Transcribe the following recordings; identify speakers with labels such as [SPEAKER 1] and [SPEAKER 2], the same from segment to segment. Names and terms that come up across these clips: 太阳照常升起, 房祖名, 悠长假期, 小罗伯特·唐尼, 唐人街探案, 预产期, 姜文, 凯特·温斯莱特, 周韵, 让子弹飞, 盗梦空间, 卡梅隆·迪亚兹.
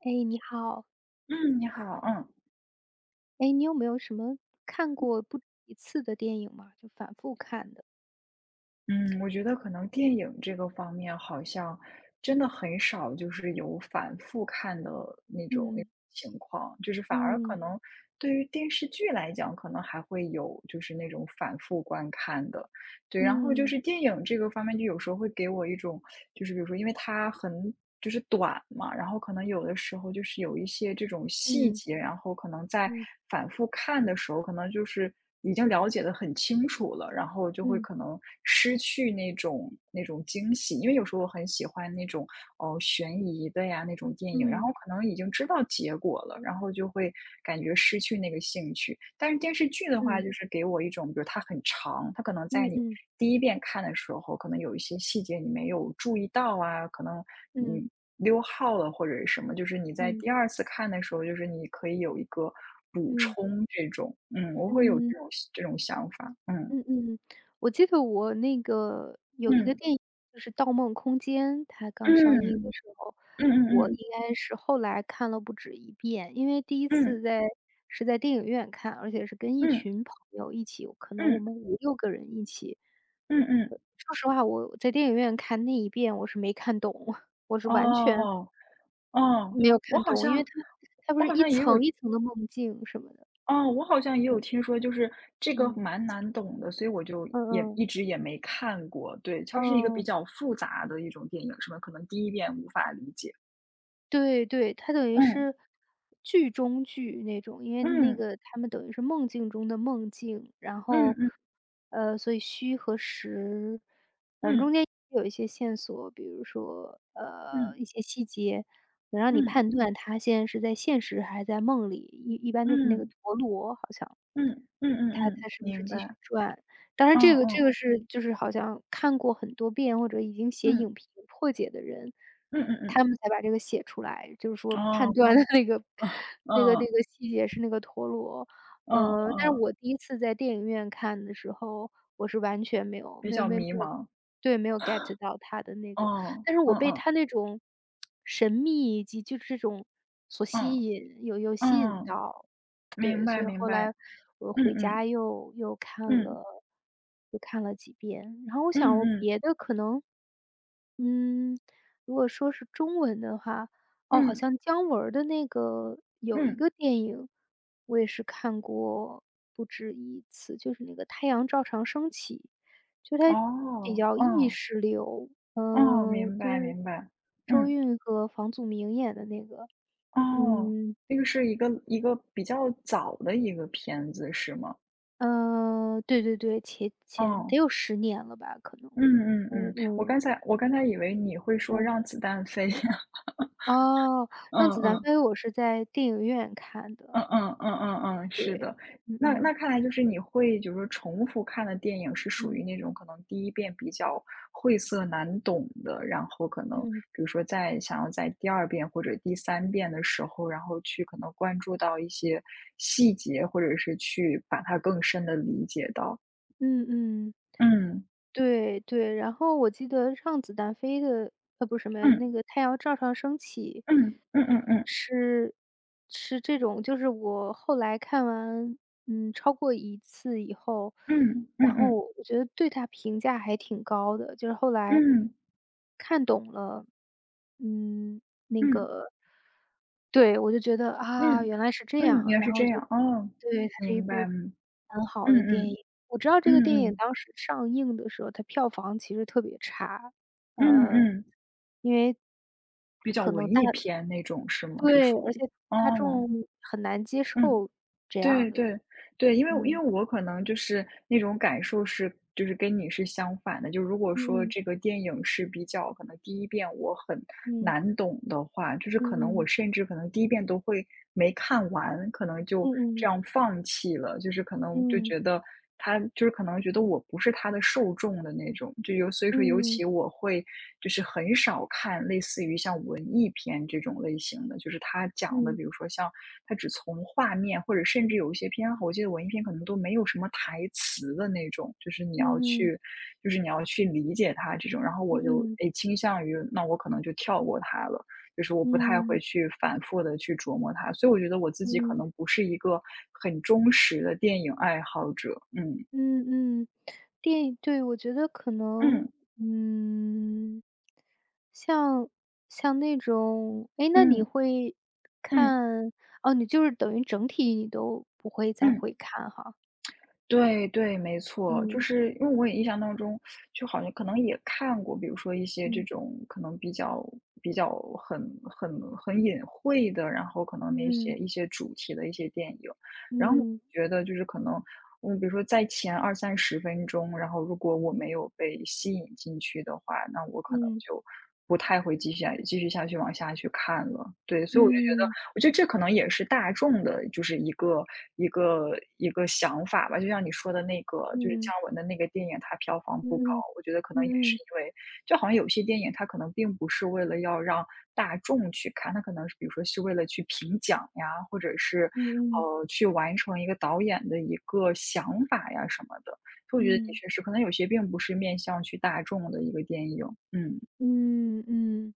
[SPEAKER 1] 哎，你好，
[SPEAKER 2] 嗯，你好。嗯
[SPEAKER 1] 哎，你有没有什么看过不止一次的电影吗？就反复看的？
[SPEAKER 2] 嗯，我觉得可能电影这个方面好像真的很少，就是有反复看的那种情况，就是反而可
[SPEAKER 1] 嗯
[SPEAKER 2] 能对于电视剧来讲，可能还会有就是那种反复观看的。对，然后就
[SPEAKER 1] 嗯
[SPEAKER 2] 是电影这个方面，就有时候会给我一种，就是比如说，因为它很就是短嘛，然后可能有的时候就是有一些这种细
[SPEAKER 1] 嗯
[SPEAKER 2] 节，然后可能在
[SPEAKER 1] 嗯
[SPEAKER 2] 反复看的时候，可能就是已经了解的很清楚了，然后就会
[SPEAKER 1] 嗯
[SPEAKER 2] 可能失去那种惊喜，因为有时候我很喜欢那种悬疑的呀那种电影，然
[SPEAKER 1] 嗯
[SPEAKER 2] 后可能已经知道结果了，然后就会感觉失去那个兴趣。但是电视剧的话，
[SPEAKER 1] 嗯
[SPEAKER 2] 就是给我一种，比如它很长，它可能在
[SPEAKER 1] 嗯嗯
[SPEAKER 2] 你
[SPEAKER 1] 嗯
[SPEAKER 2] 第一遍看的时候，可能有一些细节你没有注意到啊，可能
[SPEAKER 1] 嗯
[SPEAKER 2] 你溜号了或者是什么，就是你在
[SPEAKER 1] 嗯嗯
[SPEAKER 2] 第二次看的时候，就是你可以有一个补
[SPEAKER 1] 嗯嗯
[SPEAKER 2] 充这种。嗯，我会有
[SPEAKER 1] 嗯。
[SPEAKER 2] 这种想法。嗯
[SPEAKER 1] 嗯嗯，我记得我那个有一个
[SPEAKER 2] 嗯
[SPEAKER 1] 电影，就是《盗梦空间》，它刚上
[SPEAKER 2] 嗯
[SPEAKER 1] 映的时候，
[SPEAKER 2] 嗯嗯嗯嗯
[SPEAKER 1] 我应
[SPEAKER 2] 嗯。
[SPEAKER 1] 该是后来看了不止一遍，因为第一
[SPEAKER 2] 嗯
[SPEAKER 1] 次是在电影院看，而且是跟一
[SPEAKER 2] 嗯
[SPEAKER 1] 群朋友一起，可能我
[SPEAKER 2] 嗯，
[SPEAKER 1] 们5、6个人一起。
[SPEAKER 2] 嗯嗯。
[SPEAKER 1] 说实话，我在电影院看那一遍，我是没看懂，我是完全
[SPEAKER 2] 哦。哦，
[SPEAKER 1] 没有
[SPEAKER 2] 我
[SPEAKER 1] 看
[SPEAKER 2] 好
[SPEAKER 1] 懂，因为
[SPEAKER 2] 像
[SPEAKER 1] 它不
[SPEAKER 2] 我
[SPEAKER 1] 是
[SPEAKER 2] 好
[SPEAKER 1] 一
[SPEAKER 2] 像也有。
[SPEAKER 1] 层一层的梦境什么的，
[SPEAKER 2] 哦，我好像也有
[SPEAKER 1] 嗯
[SPEAKER 2] 听说，就是这个
[SPEAKER 1] 嗯
[SPEAKER 2] 蛮难懂的，所以我就
[SPEAKER 1] 嗯
[SPEAKER 2] 也
[SPEAKER 1] 嗯
[SPEAKER 2] 一直也没看过。对，它是一个比
[SPEAKER 1] 嗯。
[SPEAKER 2] 较复杂的一种电影，是吧，可能第一遍无法理解。
[SPEAKER 1] 对对，它等于
[SPEAKER 2] 嗯，
[SPEAKER 1] 是剧中剧那种，因为那
[SPEAKER 2] 嗯，
[SPEAKER 1] 个他们等于是梦境中的梦境，然
[SPEAKER 2] 嗯
[SPEAKER 1] 后，
[SPEAKER 2] 嗯
[SPEAKER 1] 所以虚和实，反正中
[SPEAKER 2] 嗯
[SPEAKER 1] 间有一些线索，比如说
[SPEAKER 2] 嗯
[SPEAKER 1] 一些细节，能让你
[SPEAKER 2] 嗯
[SPEAKER 1] 判断他现在是在现实还是在梦里，一般
[SPEAKER 2] 嗯
[SPEAKER 1] 就是那个
[SPEAKER 2] 嗯
[SPEAKER 1] 陀螺好像。
[SPEAKER 2] 嗯嗯
[SPEAKER 1] 他
[SPEAKER 2] 嗯，嗯，
[SPEAKER 1] 他是不是
[SPEAKER 2] 明
[SPEAKER 1] 继续
[SPEAKER 2] 白。
[SPEAKER 1] 转？当然
[SPEAKER 2] 嗯
[SPEAKER 1] 这个这
[SPEAKER 2] 嗯
[SPEAKER 1] 个是就是好像看过很多遍或者已经写
[SPEAKER 2] 嗯
[SPEAKER 1] 影评破解的人，
[SPEAKER 2] 嗯嗯
[SPEAKER 1] 他
[SPEAKER 2] 嗯。
[SPEAKER 1] 们才把这个写出来，就是说判
[SPEAKER 2] 哦，
[SPEAKER 1] 断的那个
[SPEAKER 2] 嗯
[SPEAKER 1] 细节是那个陀螺。
[SPEAKER 2] 嗯
[SPEAKER 1] 但是
[SPEAKER 2] 嗯嗯，
[SPEAKER 1] 我第一次在电影院看的时候，我是完全没有
[SPEAKER 2] 比
[SPEAKER 1] 没有
[SPEAKER 2] 较
[SPEAKER 1] 没有
[SPEAKER 2] 迷
[SPEAKER 1] 没有
[SPEAKER 2] 茫。
[SPEAKER 1] 对，没有 get 到他的那个。
[SPEAKER 2] 嗯
[SPEAKER 1] 但是
[SPEAKER 2] 嗯
[SPEAKER 1] 我被
[SPEAKER 2] 嗯
[SPEAKER 1] 他那种神秘以及就是这种所
[SPEAKER 2] 嗯。
[SPEAKER 1] 吸引，有吸引
[SPEAKER 2] 嗯，
[SPEAKER 1] 到。
[SPEAKER 2] 明
[SPEAKER 1] 对，
[SPEAKER 2] 白
[SPEAKER 1] 所以
[SPEAKER 2] 明
[SPEAKER 1] 后来
[SPEAKER 2] 白。
[SPEAKER 1] 我
[SPEAKER 2] 嗯
[SPEAKER 1] 回
[SPEAKER 2] 嗯，
[SPEAKER 1] 家
[SPEAKER 2] 嗯，
[SPEAKER 1] 又看了几遍，然后我
[SPEAKER 2] 嗯
[SPEAKER 1] 想我
[SPEAKER 2] 嗯，
[SPEAKER 1] 别的可能嗯，如果说是中文的话，哦，好
[SPEAKER 2] 嗯，
[SPEAKER 1] 像姜文儿的那个有
[SPEAKER 2] 嗯，
[SPEAKER 1] 一
[SPEAKER 2] 嗯
[SPEAKER 1] 个电影，我也是看过不止一次，就是那个《太阳照常升起》，就它比
[SPEAKER 2] 哦，嗯。
[SPEAKER 1] 较意
[SPEAKER 2] 哦，
[SPEAKER 1] 识流，
[SPEAKER 2] 哦哦，明
[SPEAKER 1] 就
[SPEAKER 2] 白
[SPEAKER 1] 是
[SPEAKER 2] 明白。
[SPEAKER 1] 周
[SPEAKER 2] 嗯。
[SPEAKER 1] 韵和房祖名演的那个，
[SPEAKER 2] 哦，
[SPEAKER 1] 嗯，
[SPEAKER 2] 这个是一个比较早的一个片子是吗？
[SPEAKER 1] 嗯，对对对，前
[SPEAKER 2] 哦，
[SPEAKER 1] 得有10年了吧，可能。
[SPEAKER 2] 嗯嗯
[SPEAKER 1] 嗯
[SPEAKER 2] 嗯，
[SPEAKER 1] 嗯，
[SPEAKER 2] 我刚才以为你会说
[SPEAKER 1] 嗯，
[SPEAKER 2] 让子弹飞，
[SPEAKER 1] 哦，《让
[SPEAKER 2] 嗯
[SPEAKER 1] 子弹
[SPEAKER 2] 嗯。
[SPEAKER 1] 飞》我是在电影院看的，
[SPEAKER 2] 嗯嗯嗯嗯嗯，是
[SPEAKER 1] 对，
[SPEAKER 2] 的。
[SPEAKER 1] 嗯
[SPEAKER 2] 那那
[SPEAKER 1] 嗯，
[SPEAKER 2] 看来就是你会就是说重复看的电影是属于
[SPEAKER 1] 嗯，
[SPEAKER 2] 那种可能第一遍比较晦涩难懂的，然后可能
[SPEAKER 1] 嗯，
[SPEAKER 2] 比如说在想要在第二遍或者第三遍的时候，然后去可能关注到一些细节，或者是去把它更深的理解到。
[SPEAKER 1] 嗯嗯，
[SPEAKER 2] 嗯，
[SPEAKER 1] 对对，然后我记得《让子弹飞》的不是什么呀，
[SPEAKER 2] 嗯，
[SPEAKER 1] 那个《太阳照常升起》
[SPEAKER 2] 嗯，嗯嗯嗯，
[SPEAKER 1] 是是这种，就是我后来看完，超过一次以后，
[SPEAKER 2] 嗯，嗯
[SPEAKER 1] 然后
[SPEAKER 2] 嗯，
[SPEAKER 1] 我觉得对他评价还挺高的，就是后来
[SPEAKER 2] 嗯，
[SPEAKER 1] 看懂了，嗯，
[SPEAKER 2] 嗯，
[SPEAKER 1] 对，我就觉得，啊，
[SPEAKER 2] 嗯，
[SPEAKER 1] 原来是这
[SPEAKER 2] 嗯，嗯，
[SPEAKER 1] 样，
[SPEAKER 2] 原来
[SPEAKER 1] 然
[SPEAKER 2] 是
[SPEAKER 1] 后
[SPEAKER 2] 这
[SPEAKER 1] 就
[SPEAKER 2] 样。哦，
[SPEAKER 1] 对，它是一
[SPEAKER 2] 明白。
[SPEAKER 1] 部
[SPEAKER 2] 嗯，
[SPEAKER 1] 很好
[SPEAKER 2] 嗯
[SPEAKER 1] 的电
[SPEAKER 2] 嗯，
[SPEAKER 1] 影。我知道这个电
[SPEAKER 2] 嗯
[SPEAKER 1] 影
[SPEAKER 2] 嗯。
[SPEAKER 1] 当时上映的时候，它票房其实特别差，
[SPEAKER 2] 嗯
[SPEAKER 1] 呃，
[SPEAKER 2] 嗯，
[SPEAKER 1] 因为
[SPEAKER 2] 比较
[SPEAKER 1] 可
[SPEAKER 2] 文
[SPEAKER 1] 能大
[SPEAKER 2] 艺片那种是吗？是
[SPEAKER 1] 对，
[SPEAKER 2] 属
[SPEAKER 1] 而
[SPEAKER 2] 于？
[SPEAKER 1] 且
[SPEAKER 2] 哦，
[SPEAKER 1] 大众很难接
[SPEAKER 2] 嗯。
[SPEAKER 1] 受这样
[SPEAKER 2] 对对
[SPEAKER 1] 的，
[SPEAKER 2] 对，因为
[SPEAKER 1] 嗯，
[SPEAKER 2] 我可能就是那种感受是，就是跟你是相反的。就如果说
[SPEAKER 1] 嗯
[SPEAKER 2] 这个电影是比较可能第一遍我很
[SPEAKER 1] 嗯，
[SPEAKER 2] 难懂的话，就是可能我
[SPEAKER 1] 嗯，
[SPEAKER 2] 甚至可能第一遍都会没看完，可能就
[SPEAKER 1] 嗯
[SPEAKER 2] 这
[SPEAKER 1] 嗯，
[SPEAKER 2] 样放弃了。就是可能就
[SPEAKER 1] 嗯
[SPEAKER 2] 觉得他就是可能觉得我不是他的受众的那种，就有，所以说尤
[SPEAKER 1] 嗯，
[SPEAKER 2] 其我会就是很少看类似于像文艺片这种类型的，就是他讲的，
[SPEAKER 1] 嗯嗯，
[SPEAKER 2] 比如说像它只从画面，或者甚至有一些片我记得文艺片可能都没有什么台词的那种，就是你要
[SPEAKER 1] 嗯嗯，
[SPEAKER 2] 去理解它这种，然后我就，
[SPEAKER 1] 嗯嗯，
[SPEAKER 2] 诶，倾向于那我可能就跳过它了，就是我不太会
[SPEAKER 1] 嗯
[SPEAKER 2] 去反复的去琢磨它，所以我觉得我自己可
[SPEAKER 1] 嗯，
[SPEAKER 2] 能不是一个很忠实的电影爱好者。嗯，
[SPEAKER 1] 嗯嗯，电影对，我觉得可能，
[SPEAKER 2] 嗯，
[SPEAKER 1] 嗯，像像那种哎，那你
[SPEAKER 2] 嗯，
[SPEAKER 1] 会
[SPEAKER 2] 嗯，
[SPEAKER 1] 看哦，你就是等于整体你都不会再
[SPEAKER 2] 嗯。
[SPEAKER 1] 回看哈，
[SPEAKER 2] 对对，没错，就
[SPEAKER 1] 嗯，
[SPEAKER 2] 是因为我也印象当中，就好像可能也看过，比如说一些这
[SPEAKER 1] 嗯，
[SPEAKER 2] 种可能比较很很隐晦的，然后可能那
[SPEAKER 1] 嗯
[SPEAKER 2] 些
[SPEAKER 1] 嗯，
[SPEAKER 2] 一些主题的一些电影，然后我
[SPEAKER 1] 嗯，
[SPEAKER 2] 觉得就是可能，嗯，比如说在前二三十分钟，然后如果我没有被吸引进去的话，那我可能
[SPEAKER 1] 嗯。
[SPEAKER 2] 就不太会继续下去往下去看了。对，所以我就觉得
[SPEAKER 1] 嗯，
[SPEAKER 2] 这可能也是大众的，就是一个一个想法吧。就像你说的那个，就是
[SPEAKER 1] 嗯，
[SPEAKER 2] 姜文的那个电影，它票房不高，
[SPEAKER 1] 嗯
[SPEAKER 2] 我觉得可能也是
[SPEAKER 1] 嗯，
[SPEAKER 2] 因为，就好像有些电影它可能并不是为了要让大众去看，它可能是比如说是为了去评奖呀，或者是
[SPEAKER 1] 嗯嗯，
[SPEAKER 2] 去完成一个导演的一个想法呀什么的。
[SPEAKER 1] 嗯
[SPEAKER 2] 所以我觉得的
[SPEAKER 1] 嗯，
[SPEAKER 2] 确是，可能有些并不是面向去大众的一个电影。
[SPEAKER 1] 嗯嗯嗯嗯嗯嗯
[SPEAKER 2] 嗯
[SPEAKER 1] 嗯嗯嗯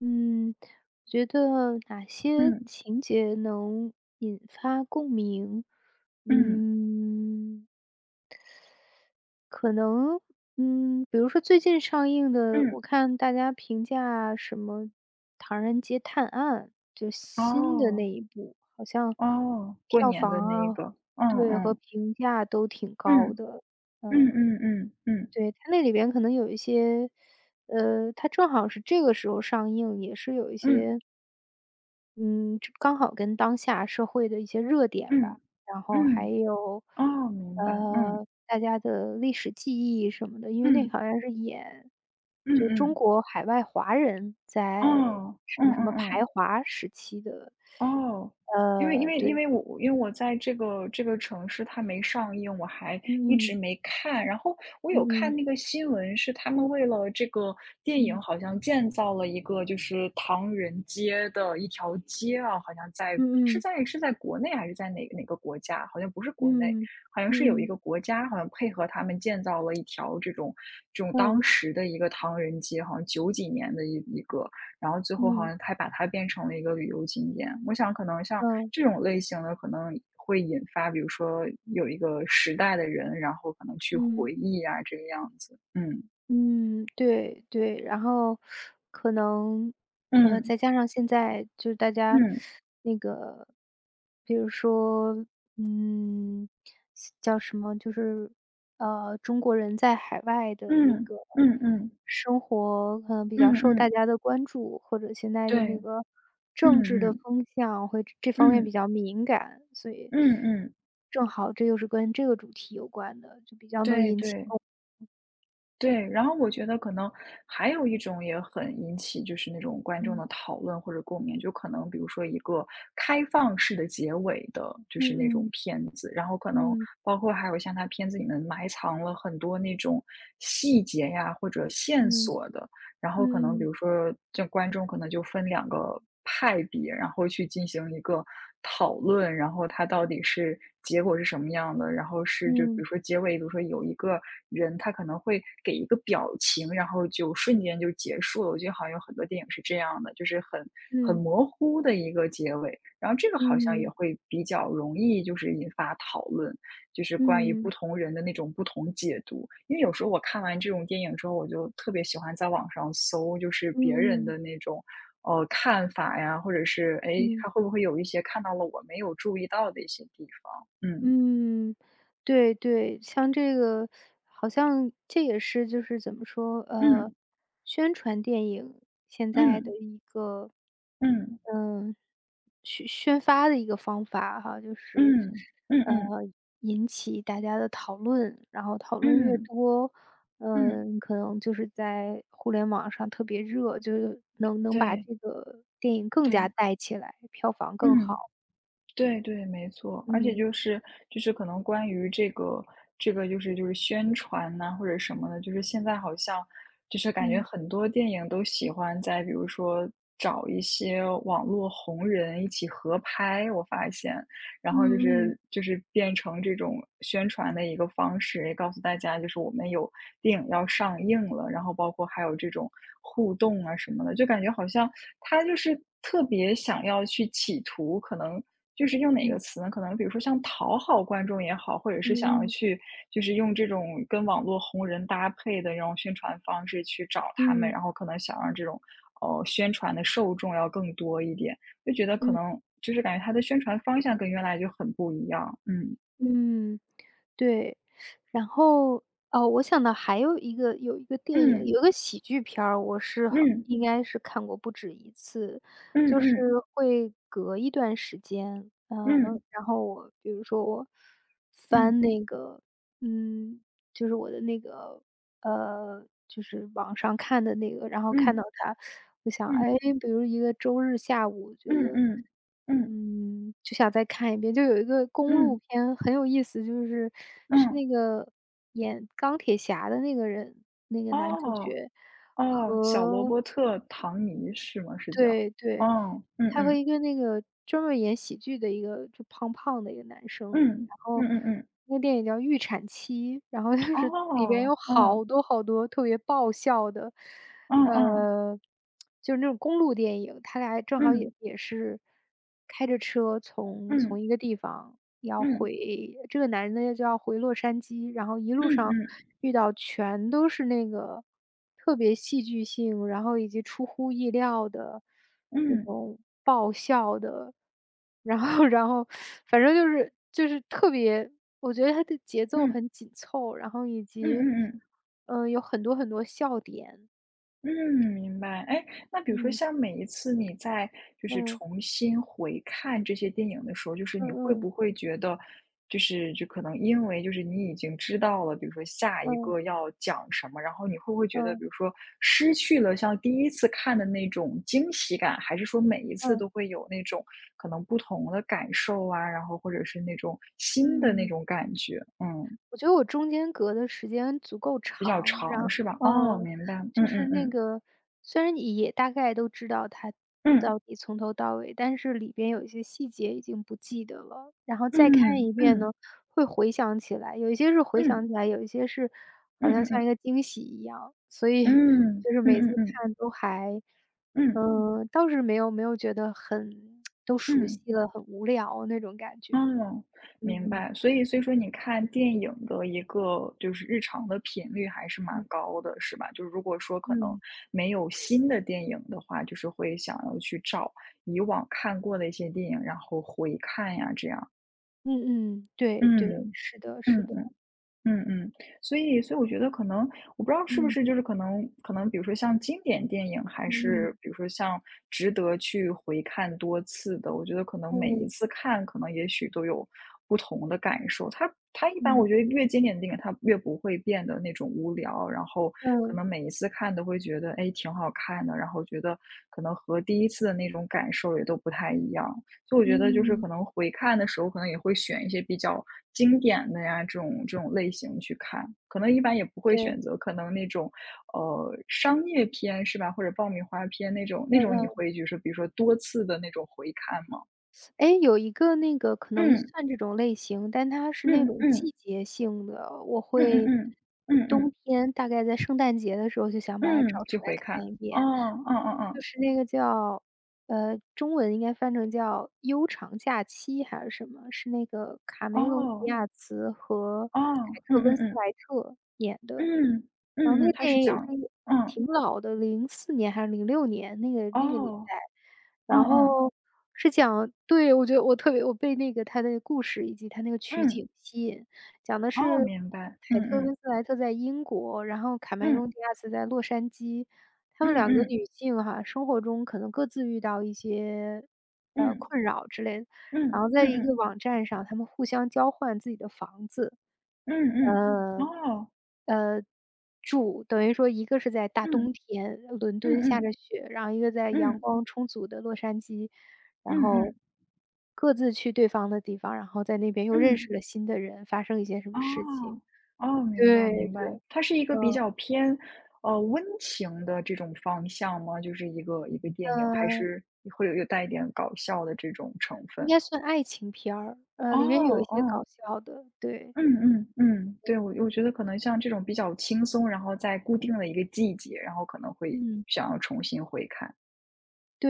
[SPEAKER 1] 嗯觉得哪些
[SPEAKER 2] 嗯
[SPEAKER 1] 情节能引发共鸣？
[SPEAKER 2] 嗯
[SPEAKER 1] 嗯，可能，比如说最近上映的，
[SPEAKER 2] 嗯。
[SPEAKER 1] 我看大家评价什么《唐人街探案》，就新的
[SPEAKER 2] 哦。
[SPEAKER 1] 那一部，好像
[SPEAKER 2] 哦，过
[SPEAKER 1] 票
[SPEAKER 2] 年的
[SPEAKER 1] 房
[SPEAKER 2] 那
[SPEAKER 1] 啊，
[SPEAKER 2] 个。嗯
[SPEAKER 1] 对，和
[SPEAKER 2] 嗯，
[SPEAKER 1] 评价都挺高
[SPEAKER 2] 嗯，
[SPEAKER 1] 的。
[SPEAKER 2] 嗯嗯嗯嗯，
[SPEAKER 1] 对，它那里边可能有一些它正好是这个时候上映，也是有一
[SPEAKER 2] 嗯
[SPEAKER 1] 些嗯，这刚好跟当下社会的一些热点
[SPEAKER 2] 嗯
[SPEAKER 1] 吧，然后
[SPEAKER 2] 嗯，
[SPEAKER 1] 还
[SPEAKER 2] 嗯，
[SPEAKER 1] 有，
[SPEAKER 2] 哦，明白。嗯，
[SPEAKER 1] 大家的历史记忆什么的。因为那
[SPEAKER 2] 嗯，
[SPEAKER 1] 好像是演
[SPEAKER 2] 嗯
[SPEAKER 1] 就中
[SPEAKER 2] 嗯。
[SPEAKER 1] 国海外华人在
[SPEAKER 2] 哦，嗯
[SPEAKER 1] 什么什
[SPEAKER 2] 嗯
[SPEAKER 1] 么排
[SPEAKER 2] 嗯。
[SPEAKER 1] 华时期的
[SPEAKER 2] 哦，因为
[SPEAKER 1] 对，
[SPEAKER 2] 我在这个城市它没上映，我还一
[SPEAKER 1] 嗯
[SPEAKER 2] 直没看。然后我有看
[SPEAKER 1] 嗯
[SPEAKER 2] 那个新闻，是他们为了这个电影，
[SPEAKER 1] 嗯
[SPEAKER 2] 好像建造了一个就是唐人街的一条街啊，好像在
[SPEAKER 1] 嗯嗯
[SPEAKER 2] 是在国内还是在哪哪个国家？好像不是
[SPEAKER 1] 嗯
[SPEAKER 2] 国内，
[SPEAKER 1] 嗯
[SPEAKER 2] 好像是有
[SPEAKER 1] 嗯
[SPEAKER 2] 一
[SPEAKER 1] 嗯
[SPEAKER 2] 个国家，好像配合他们建造了一条这种
[SPEAKER 1] 嗯
[SPEAKER 2] 当
[SPEAKER 1] 嗯
[SPEAKER 2] 时的一个唐人街，好像九几年的一个。然后最后好
[SPEAKER 1] 嗯
[SPEAKER 2] 像还把它变成了一个旅游景点。我想可能像
[SPEAKER 1] 嗯
[SPEAKER 2] 这种类型的，可能会引发，比如说有一个时代的人，然后可能去
[SPEAKER 1] 嗯。
[SPEAKER 2] 回忆啊，这个样子。嗯，
[SPEAKER 1] 嗯，对对，然后可能，
[SPEAKER 2] 嗯，
[SPEAKER 1] 再加上现在就是大家，
[SPEAKER 2] 嗯，
[SPEAKER 1] 比如说，嗯，叫什么，就是，中国人在海外的那
[SPEAKER 2] 嗯，
[SPEAKER 1] 个
[SPEAKER 2] 嗯嗯，
[SPEAKER 1] 生活可能比较
[SPEAKER 2] 嗯
[SPEAKER 1] 受大
[SPEAKER 2] 嗯，
[SPEAKER 1] 家的关注，或者现在的
[SPEAKER 2] 对，
[SPEAKER 1] 那个
[SPEAKER 2] 嗯
[SPEAKER 1] 政治的
[SPEAKER 2] 嗯，
[SPEAKER 1] 风向会这方面比
[SPEAKER 2] 嗯，
[SPEAKER 1] 较敏感，所以
[SPEAKER 2] 嗯嗯，
[SPEAKER 1] 正好这又是跟这个主题有关的，就比较能
[SPEAKER 2] 对
[SPEAKER 1] 引起
[SPEAKER 2] 对。
[SPEAKER 1] 共鸣。
[SPEAKER 2] 对，然后我觉得可能还有一种也很引起就是那种观众的
[SPEAKER 1] 嗯
[SPEAKER 2] 讨论或者共鸣，就可能比如说一个开放式的结尾的，就是
[SPEAKER 1] 嗯
[SPEAKER 2] 那种
[SPEAKER 1] 嗯
[SPEAKER 2] 片子，然后可能
[SPEAKER 1] 嗯。
[SPEAKER 2] 包括还有像他片子里面埋藏了很多那种细节呀或者线
[SPEAKER 1] 嗯
[SPEAKER 2] 索的，然后可能比
[SPEAKER 1] 嗯
[SPEAKER 2] 如说这观众可能就分两个派别，然后去进行一个讨论，然后它到底是结果是什么样的，然后是就比如
[SPEAKER 1] 嗯
[SPEAKER 2] 说结尾，比如说有一个人他可能会给一个表情，然后就瞬间就结束了。我觉得好像有很多电影是这样的，就是很
[SPEAKER 1] 嗯
[SPEAKER 2] 模糊的一个结尾，然后这个好像也
[SPEAKER 1] 嗯
[SPEAKER 2] 会比较容易就是引发讨论。就是关于不
[SPEAKER 1] 嗯
[SPEAKER 2] 同人的那种不同解读。因为有时候我看完这种电影之后，我就特别喜欢在网上搜，就是
[SPEAKER 1] 嗯
[SPEAKER 2] 别人
[SPEAKER 1] 嗯
[SPEAKER 2] 的那种，看法呀，或者是，哎，
[SPEAKER 1] 嗯
[SPEAKER 2] 他会不会有一些看到了我没有注意到的一些地方。嗯，
[SPEAKER 1] 嗯，对对，像这个好像这也是就是怎么说，
[SPEAKER 2] 嗯，
[SPEAKER 1] 宣传电影现在
[SPEAKER 2] 嗯，
[SPEAKER 1] 的一个
[SPEAKER 2] 嗯，
[SPEAKER 1] 嗯，宣发的一个方法哈，就是，
[SPEAKER 2] 嗯，嗯嗯，
[SPEAKER 1] 呃，
[SPEAKER 2] 嗯
[SPEAKER 1] 引起大家的讨论，然后讨论越
[SPEAKER 2] 嗯，
[SPEAKER 1] 多，
[SPEAKER 2] 嗯，
[SPEAKER 1] 可能就是在互联网上特别热，就是能把
[SPEAKER 2] 对，
[SPEAKER 1] 这个电影更加
[SPEAKER 2] 对，
[SPEAKER 1] 带起来，票房更
[SPEAKER 2] 嗯。
[SPEAKER 1] 好。
[SPEAKER 2] 对对，没错，而且
[SPEAKER 1] 嗯，
[SPEAKER 2] 就是可能关于这个就是宣传呐、或者什么的，就是现在好像就是感觉
[SPEAKER 1] 嗯，
[SPEAKER 2] 很多电影都喜欢在比如说找一些网络红人一起合拍，我发现，然
[SPEAKER 1] 嗯
[SPEAKER 2] 后就
[SPEAKER 1] 嗯，
[SPEAKER 2] 是变成这种宣传的一个方式，也告诉大家就是我们有电影要上映了，然后包括还有这种互动啊什么的，就感觉好像他就是特别想要去企图，可能就是用哪个
[SPEAKER 1] 嗯，
[SPEAKER 2] 词呢？可能比如说像讨好观众也好，或者是想要
[SPEAKER 1] 嗯
[SPEAKER 2] 去就是用这种跟网络红人搭配的这种宣传方式去找他们，
[SPEAKER 1] 嗯，
[SPEAKER 2] 然后可能想让这种宣传的受众要更多一点，就觉得可
[SPEAKER 1] 嗯，嗯，
[SPEAKER 2] 能就是感觉他的宣传方向跟原来就很不一样。嗯
[SPEAKER 1] 嗯。对，然后，哦，我想到还有一个有一个电影，
[SPEAKER 2] 嗯
[SPEAKER 1] 有一个喜剧片儿，我是好
[SPEAKER 2] 嗯
[SPEAKER 1] 应该是看过不止一次，就是
[SPEAKER 2] 嗯
[SPEAKER 1] 会隔一段时间，
[SPEAKER 2] 嗯
[SPEAKER 1] 然后我比如说我
[SPEAKER 2] 嗯
[SPEAKER 1] 翻那个，嗯就是我的那个就是网上看的那个，然后
[SPEAKER 2] 嗯
[SPEAKER 1] 看到
[SPEAKER 2] 嗯
[SPEAKER 1] 他，我想，
[SPEAKER 2] 嗯
[SPEAKER 1] 哎，比如一个周日下午，我觉
[SPEAKER 2] 嗯
[SPEAKER 1] 得，
[SPEAKER 2] 嗯嗯
[SPEAKER 1] 就想再看一遍。就有一个公路
[SPEAKER 2] 嗯
[SPEAKER 1] 片很有意思，就是
[SPEAKER 2] 嗯。
[SPEAKER 1] 那个演钢铁侠的那个人，那个男主
[SPEAKER 2] 哦。
[SPEAKER 1] 角。
[SPEAKER 2] 哦，小罗伯特·唐尼是吗？是叫？
[SPEAKER 1] 对对，
[SPEAKER 2] 哦，嗯
[SPEAKER 1] 他和
[SPEAKER 2] 嗯，
[SPEAKER 1] 一个那个专门演喜剧的一个就胖胖的一个男生，
[SPEAKER 2] 嗯，
[SPEAKER 1] 然
[SPEAKER 2] 嗯
[SPEAKER 1] 后
[SPEAKER 2] 嗯嗯，
[SPEAKER 1] 那个电影叫《预产期》，然后 就是里边
[SPEAKER 2] 哦，
[SPEAKER 1] 有
[SPEAKER 2] 嗯，
[SPEAKER 1] 好多好多特别爆笑的，
[SPEAKER 2] 嗯嗯，
[SPEAKER 1] 呃，就是那种公路电影，他俩正好也
[SPEAKER 2] 嗯，
[SPEAKER 1] 也是开着车从一个地方要
[SPEAKER 2] 嗯，
[SPEAKER 1] 回这个男的就要回洛杉矶，然后一
[SPEAKER 2] 嗯，
[SPEAKER 1] 路上
[SPEAKER 2] 嗯嗯，
[SPEAKER 1] 遇到全都是那个特别戏剧性，然后以及出乎意料的那
[SPEAKER 2] 嗯，
[SPEAKER 1] 种爆笑的，然后反正就是特别，我觉得它的节奏
[SPEAKER 2] 嗯，
[SPEAKER 1] 很紧凑，然后以
[SPEAKER 2] 嗯
[SPEAKER 1] 及
[SPEAKER 2] 嗯嗯。
[SPEAKER 1] 有很多很多笑点，
[SPEAKER 2] 嗯，明白。哎，那比如说像每一次你在就是
[SPEAKER 1] 嗯
[SPEAKER 2] 重新回看这些电影的时候，就是
[SPEAKER 1] 嗯
[SPEAKER 2] 你会
[SPEAKER 1] 嗯
[SPEAKER 2] 不会觉得，就是就可能因为就是你已经知道了，比如说下
[SPEAKER 1] 嗯
[SPEAKER 2] 一
[SPEAKER 1] 嗯
[SPEAKER 2] 个要讲什么，然后你会不会觉得，比
[SPEAKER 1] 嗯
[SPEAKER 2] 如说失去了像第一次看的那种惊喜感，还是说每一次
[SPEAKER 1] 嗯嗯
[SPEAKER 2] 都会有那种可能不同的感受啊，然后或者是那种新的那
[SPEAKER 1] 嗯。
[SPEAKER 2] 种感觉？嗯，
[SPEAKER 1] 我觉得我中间隔的时间足够
[SPEAKER 2] 比较
[SPEAKER 1] 长，
[SPEAKER 2] 长是吧？哦，
[SPEAKER 1] 嗯，
[SPEAKER 2] 明白。嗯
[SPEAKER 1] 就是
[SPEAKER 2] 嗯
[SPEAKER 1] 那
[SPEAKER 2] 嗯
[SPEAKER 1] 个虽然你也大概都知道它
[SPEAKER 2] 嗯
[SPEAKER 1] 到底从头到尾，但是里边有一些细节已经不记得了，然后再看
[SPEAKER 2] 嗯
[SPEAKER 1] 一遍呢，
[SPEAKER 2] 嗯。
[SPEAKER 1] 会回想起来，有一些是回想
[SPEAKER 2] 嗯，
[SPEAKER 1] 起来，有一些是
[SPEAKER 2] 嗯
[SPEAKER 1] 好像
[SPEAKER 2] 嗯
[SPEAKER 1] 像一
[SPEAKER 2] 嗯，
[SPEAKER 1] 个惊喜一样，所以
[SPEAKER 2] 嗯
[SPEAKER 1] 就是
[SPEAKER 2] 嗯
[SPEAKER 1] 每次
[SPEAKER 2] 嗯嗯
[SPEAKER 1] 看都还
[SPEAKER 2] 嗯
[SPEAKER 1] 倒是没有觉得很 都熟
[SPEAKER 2] 嗯。
[SPEAKER 1] 悉了，很无聊那种感觉。
[SPEAKER 2] 哦，
[SPEAKER 1] 嗯
[SPEAKER 2] 明
[SPEAKER 1] 嗯
[SPEAKER 2] 白。所以所以说你看电影的一个就是日常的频率还是蛮
[SPEAKER 1] 嗯，
[SPEAKER 2] 高的，是吧？就如果说可能
[SPEAKER 1] 嗯。
[SPEAKER 2] 没有新的电影的话，就是会想要去找以往看过的一些电影，然后回看呀，这样。
[SPEAKER 1] 嗯嗯，对对，
[SPEAKER 2] 嗯，
[SPEAKER 1] 是的
[SPEAKER 2] 嗯
[SPEAKER 1] 是的，
[SPEAKER 2] 嗯。嗯嗯，所以我觉得可能我不知道是不
[SPEAKER 1] 嗯，
[SPEAKER 2] 是就是可能比如说像经典电影，还
[SPEAKER 1] 嗯嗯，
[SPEAKER 2] 是比如说像值得去回看多次的，我觉得可能每一
[SPEAKER 1] 嗯，
[SPEAKER 2] 次看，可能也许都有不同的感受。它一般我
[SPEAKER 1] 嗯，
[SPEAKER 2] 觉得越经典的电影，它越不会变得那种无聊，然后可
[SPEAKER 1] 嗯，
[SPEAKER 2] 能每一次看都会觉得，哎，挺好看的，然后觉得可能和第一次的那种感受也都不太一样。所以我觉得就是
[SPEAKER 1] 嗯，
[SPEAKER 2] 可能回看的时候，可能也会选一些比较经典的呀，这种类型去看。可能一般也不会
[SPEAKER 1] 对，
[SPEAKER 2] 选择可能那种，商业片是吧？或者爆米花片那种
[SPEAKER 1] 嗯
[SPEAKER 2] 你
[SPEAKER 1] 嗯。
[SPEAKER 2] 会就是比如说多次的那种回看吗？
[SPEAKER 1] 哎，有一个那个可能
[SPEAKER 2] 嗯，
[SPEAKER 1] 算这种类型，但它是那
[SPEAKER 2] 嗯
[SPEAKER 1] 种
[SPEAKER 2] 嗯，
[SPEAKER 1] 季节性的，我
[SPEAKER 2] 嗯嗯
[SPEAKER 1] 会
[SPEAKER 2] 嗯，嗯
[SPEAKER 1] 冬
[SPEAKER 2] 嗯，
[SPEAKER 1] 天大概在圣诞节的时候就想把它
[SPEAKER 2] 嗯，
[SPEAKER 1] 找
[SPEAKER 2] 去
[SPEAKER 1] 出来
[SPEAKER 2] 回
[SPEAKER 1] 看
[SPEAKER 2] 看。
[SPEAKER 1] 一
[SPEAKER 2] 哦，
[SPEAKER 1] 遍。
[SPEAKER 2] 嗯嗯嗯。
[SPEAKER 1] 就是那个叫中文应该翻成叫《悠长假期》还是什么，是那个卡梅隆·迪
[SPEAKER 2] 哦。
[SPEAKER 1] 亚兹和
[SPEAKER 2] 哦，
[SPEAKER 1] 凯
[SPEAKER 2] 嗯
[SPEAKER 1] 特·温
[SPEAKER 2] 嗯
[SPEAKER 1] 斯
[SPEAKER 2] 嗯，
[SPEAKER 1] 莱特
[SPEAKER 2] 嗯。哦哦哦哦哦嗯嗯嗯
[SPEAKER 1] 演的。然后
[SPEAKER 2] 嗯嗯
[SPEAKER 1] 那
[SPEAKER 2] 嗯，
[SPEAKER 1] 个
[SPEAKER 2] 他
[SPEAKER 1] 电
[SPEAKER 2] 是
[SPEAKER 1] 影也
[SPEAKER 2] 讲，
[SPEAKER 1] 是
[SPEAKER 2] 嗯。
[SPEAKER 1] 挺老的04年还是06年那个年
[SPEAKER 2] 哦，
[SPEAKER 1] 代。
[SPEAKER 2] 嗯
[SPEAKER 1] 然
[SPEAKER 2] 嗯，
[SPEAKER 1] 后对，我觉得我特别我被那个他的故事以及他那个取
[SPEAKER 2] 嗯。
[SPEAKER 1] 景吸引，讲的
[SPEAKER 2] 哦，
[SPEAKER 1] 是
[SPEAKER 2] 明白。嗯
[SPEAKER 1] 凯特温
[SPEAKER 2] 嗯，
[SPEAKER 1] 斯莱特在英国，然后卡梅隆
[SPEAKER 2] 嗯。
[SPEAKER 1] 迪亚斯在洛杉矶，他
[SPEAKER 2] 嗯
[SPEAKER 1] 们两个
[SPEAKER 2] 嗯
[SPEAKER 1] 女性哈，生活中可能各自遇到一些，
[SPEAKER 2] 嗯
[SPEAKER 1] 困扰之类的，然
[SPEAKER 2] 嗯
[SPEAKER 1] 后
[SPEAKER 2] 嗯
[SPEAKER 1] 在一
[SPEAKER 2] 嗯
[SPEAKER 1] 个网站上，他们互相交换自己的房子。
[SPEAKER 2] 嗯嗯。
[SPEAKER 1] 嗯呃，
[SPEAKER 2] 哦，
[SPEAKER 1] 住，等于说一个是在大
[SPEAKER 2] 嗯
[SPEAKER 1] 冬天，伦
[SPEAKER 2] 嗯
[SPEAKER 1] 敦下
[SPEAKER 2] 嗯
[SPEAKER 1] 着雪，然后一个在阳
[SPEAKER 2] 嗯
[SPEAKER 1] 光充足的洛杉矶，
[SPEAKER 2] 嗯
[SPEAKER 1] 然
[SPEAKER 2] 嗯
[SPEAKER 1] 后各自去对方的地方，然后在那边又认
[SPEAKER 2] 嗯。
[SPEAKER 1] 识了新的人，发生一些什么事情。
[SPEAKER 2] 哦哦，明白
[SPEAKER 1] 对
[SPEAKER 2] 明
[SPEAKER 1] 对，
[SPEAKER 2] 白，它是一个比
[SPEAKER 1] 嗯，
[SPEAKER 2] 较偏温情的这种方向吗？就是一个电影，还
[SPEAKER 1] 呃，
[SPEAKER 2] 是会有带一点搞笑的这种成
[SPEAKER 1] 应
[SPEAKER 2] 分？
[SPEAKER 1] 该算爱情片儿，里面有
[SPEAKER 2] 哦
[SPEAKER 1] 一些
[SPEAKER 2] 哦，
[SPEAKER 1] 搞笑的，对，
[SPEAKER 2] 嗯嗯嗯。对，我觉得可能像这种比较轻松，然后在固定的一个季节，然后可能会
[SPEAKER 1] 嗯。
[SPEAKER 2] 想要重新回看。